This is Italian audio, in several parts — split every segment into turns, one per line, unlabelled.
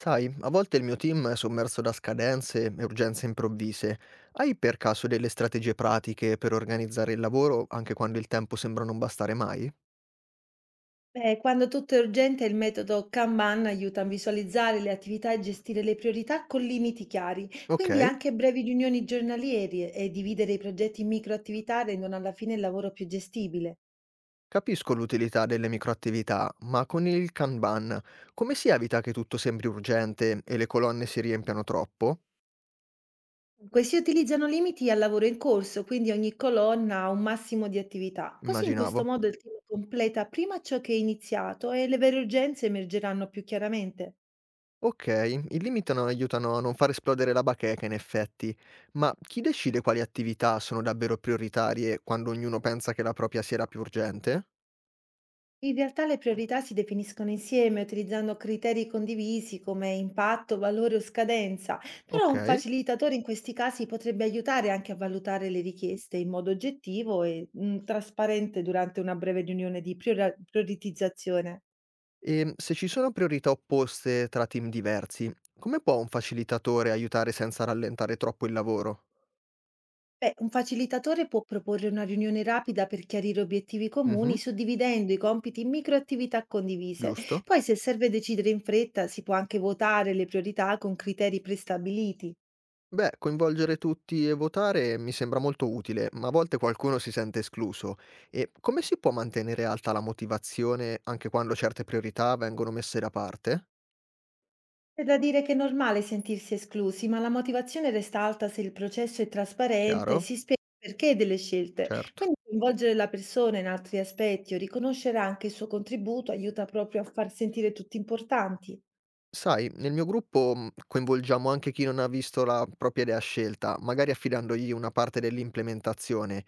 Sai, a volte il mio team è sommerso da scadenze e urgenze improvvise. Hai per caso delle strategie pratiche per organizzare il lavoro anche quando il tempo sembra non bastare mai?
Beh, quando tutto è urgente, il metodo Kanban aiuta a visualizzare le attività e gestire le priorità con limiti chiari.
Ok,
Quindi anche brevi riunioni giornaliere e dividere i progetti in microattività rendono alla fine il lavoro più gestibile.
capisco l'utilità delle microattività, ma con il Kanban come si evita che tutto sembri urgente e le colonne si riempiano troppo?
Questi utilizzano limiti al lavoro in corso, quindi ogni colonna ha un massimo di attività. Così in questo
Immaginavo.
modo il team completa prima ciò che è iniziato e le vere urgenze emergeranno più chiaramente.
Ok, i limiti non aiutano a non far esplodere la bacheca in effetti, ma chi decide quali attività sono davvero prioritarie quando ognuno pensa che la propria sia la più urgente?
In realtà le priorità si definiscono insieme utilizzando criteri condivisi come impatto, valore o scadenza, però un
Okay.
facilitatore in questi casi potrebbe aiutare anche a valutare le richieste in modo oggettivo e trasparente durante una breve riunione di prioritizzazione.
Se ci sono priorità opposte tra team diversi, come può un facilitatore aiutare senza rallentare troppo il lavoro?
Beh, un facilitatore può proporre una riunione rapida per chiarire obiettivi comuni,
Mh-mh,
suddividendo i compiti in microattività condivise.
giusto.
Poi, se serve decidere in fretta, si può anche votare le priorità con criteri prestabiliti.
Beh, coinvolgere tutti e votare mi sembra molto utile, ma a volte qualcuno si sente escluso. E come si può mantenere alta la motivazione anche quando certe priorità vengono messe da parte?
C'è da dire che è normale sentirsi esclusi, ma la motivazione resta alta se il processo è trasparente,
Chiaro?
si spiega il perché delle scelte.
Certo.
Quindi coinvolgere la persona in altri aspetti o riconoscere anche il suo contributo aiuta proprio a far sentire tutti importanti.
Sai, nel mio gruppo, coinvolgiamo anche chi non ha visto la propria idea scelta, magari affidandogli una parte dell'implementazione.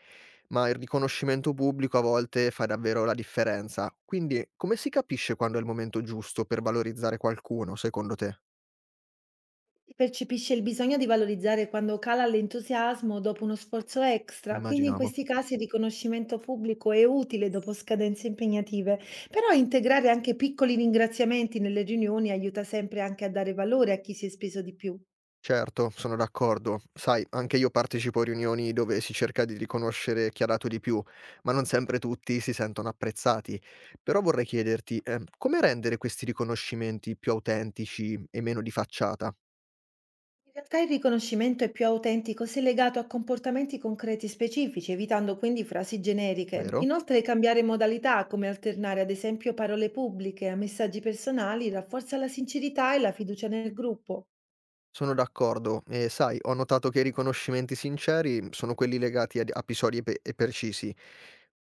Ma il riconoscimento pubblico a volte fa davvero la differenza. Quindi, come si capisce quando è il momento giusto per valorizzare qualcuno, secondo te?
Percepisce il bisogno di valorizzare quando cala l'entusiasmo dopo uno sforzo extra, quindi in
Immaginavo.
questi casi il riconoscimento pubblico è utile dopo scadenze impegnative, però integrare anche piccoli ringraziamenti nelle riunioni aiuta sempre anche a dare valore a chi si è speso di più.
Certo, sono d'accordo. Sai, anche io partecipo a riunioni dove si cerca di riconoscere chi ha dato di più, ma non sempre tutti si sentono apprezzati. Però vorrei chiederti, come rendere questi riconoscimenti più autentici e meno di facciata,
In realtà il riconoscimento è più autentico se legato a comportamenti concreti specifici, evitando quindi frasi generiche.
vero?
Inoltre cambiare modalità, come alternare ad esempio parole pubbliche a messaggi personali, rafforza la sincerità e la fiducia nel gruppo.
Sono d'accordo e sai, ho notato che i riconoscimenti sinceri sono quelli legati ad episodi e precisi.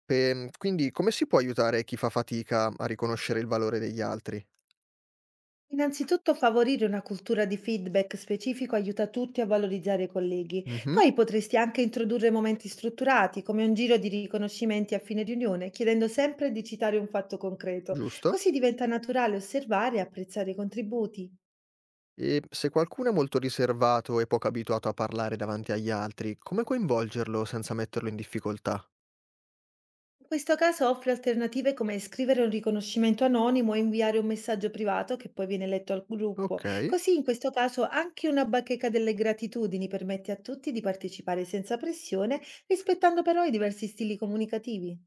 Quindi come si può aiutare chi fa fatica a riconoscere il valore degli altri?
Innanzitutto favorire una cultura di feedback specifico aiuta tutti a valorizzare i colleghi.
Mhm,
Poi potresti anche introdurre momenti strutturati, come un giro di riconoscimenti a fine riunione, chiedendo sempre di citare un fatto concreto.
giusto.
Così diventa naturale osservare e apprezzare i contributi.
E se qualcuno è molto riservato e poco abituato a parlare davanti agli altri, come coinvolgerlo senza metterlo in difficoltà?
In questo caso offre alternative come scrivere un riconoscimento anonimo e inviare un messaggio privato che poi viene letto al gruppo.
Ok.
Così in questo caso anche una bacheca delle gratitudini permette a tutti di partecipare senza pressione, rispettando però i diversi stili comunicativi.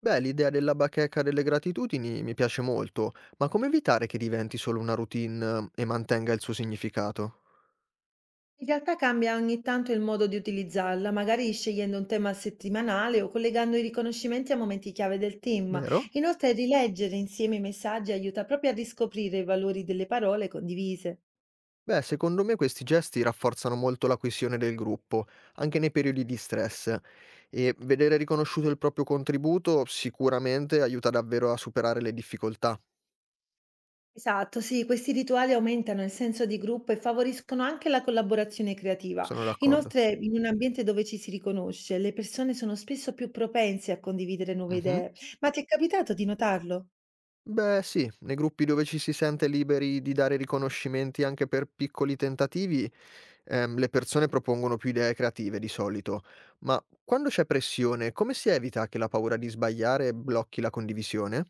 Beh, l'idea della bacheca delle gratitudini mi piace molto, ma come evitare che diventi solo una routine e mantenga il suo significato?
In realtà cambia ogni tanto il modo di utilizzarla, magari scegliendo un tema settimanale o collegando i riconoscimenti a momenti chiave del team.
Vero?
Inoltre rileggere insieme i messaggi aiuta proprio a riscoprire i valori delle parole condivise.
Beh, secondo me questi gesti rafforzano molto la coesione del gruppo, anche nei periodi di stress, e vedere riconosciuto il proprio contributo sicuramente aiuta davvero a superare le difficoltà,
Esatto, sì, questi rituali aumentano il senso di gruppo e favoriscono anche la collaborazione creativa.
sono d'accordo.
Inoltre, in un ambiente dove ci si riconosce, le persone sono spesso più propense a condividere nuove
Mhm.
idee. Ma ti è capitato di notarlo?
Beh, sì, nei gruppi dove ci si sente liberi di dare riconoscimenti anche per piccoli tentativi, le persone propongono più idee creative di solito, ma quando c'è pressione, come si evita che la paura di sbagliare blocchi la condivisione?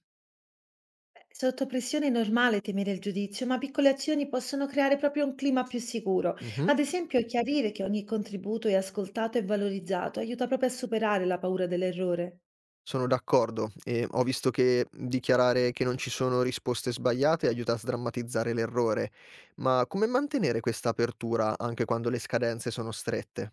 Beh, sotto pressione è normale temere il giudizio, ma piccole azioni possono creare proprio un clima più sicuro.
Mhm.
Ad esempio, chiarire che ogni contributo è ascoltato e valorizzato aiuta proprio a superare la paura dell'errore.
Sono d'accordo e ho visto che dichiarare che non ci sono risposte sbagliate aiuta a sdrammatizzare l'errore, ma come mantenere questa apertura anche quando le scadenze sono strette?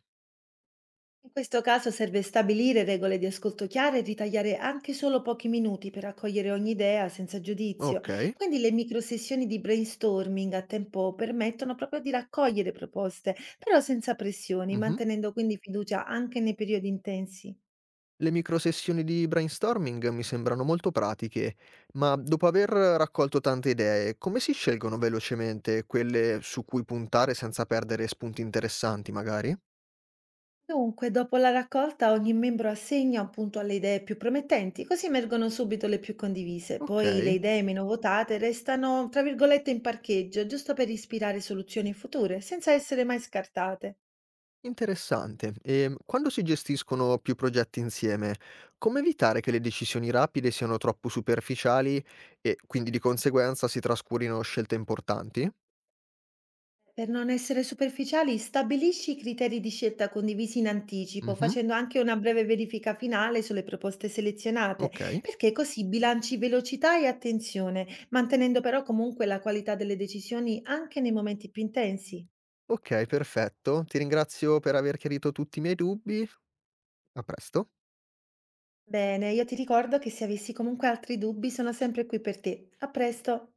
In questo caso serve stabilire regole di ascolto chiare e ritagliare anche solo pochi minuti per accogliere ogni idea senza giudizio.
Ok,
Quindi le microsessioni di brainstorming a tempo permettono proprio di raccogliere proposte, però senza pressioni,
mhm.
mantenendo quindi fiducia anche nei periodi intensi.
Le microsessioni di brainstorming mi sembrano molto pratiche, ma dopo aver raccolto tante idee, come si scelgono velocemente quelle su cui puntare senza perdere spunti interessanti, magari?
Dunque, dopo la raccolta, ogni membro assegna un punto alle idee più promettenti, così emergono subito le più condivise.
Ok.
Poi le idee meno votate restano, tra virgolette, in parcheggio, giusto per ispirare soluzioni future, senza essere mai scartate.
Interessante. E quando si gestiscono più progetti insieme, come evitare che le decisioni rapide siano troppo superficiali e quindi di conseguenza si trascurino scelte importanti?
Per non essere superficiali, stabilisci i criteri di scelta condivisi in anticipo,
Mhm,
facendo anche una breve verifica finale sulle proposte selezionate,
ok,
perché così bilanci velocità e attenzione, mantenendo però comunque la qualità delle decisioni anche nei momenti più intensi.
ok, perfetto. Ti ringrazio per aver chiarito tutti i miei dubbi. A presto.
Bene, io ti ricordo che se avessi comunque altri dubbi sono sempre qui per te. A presto!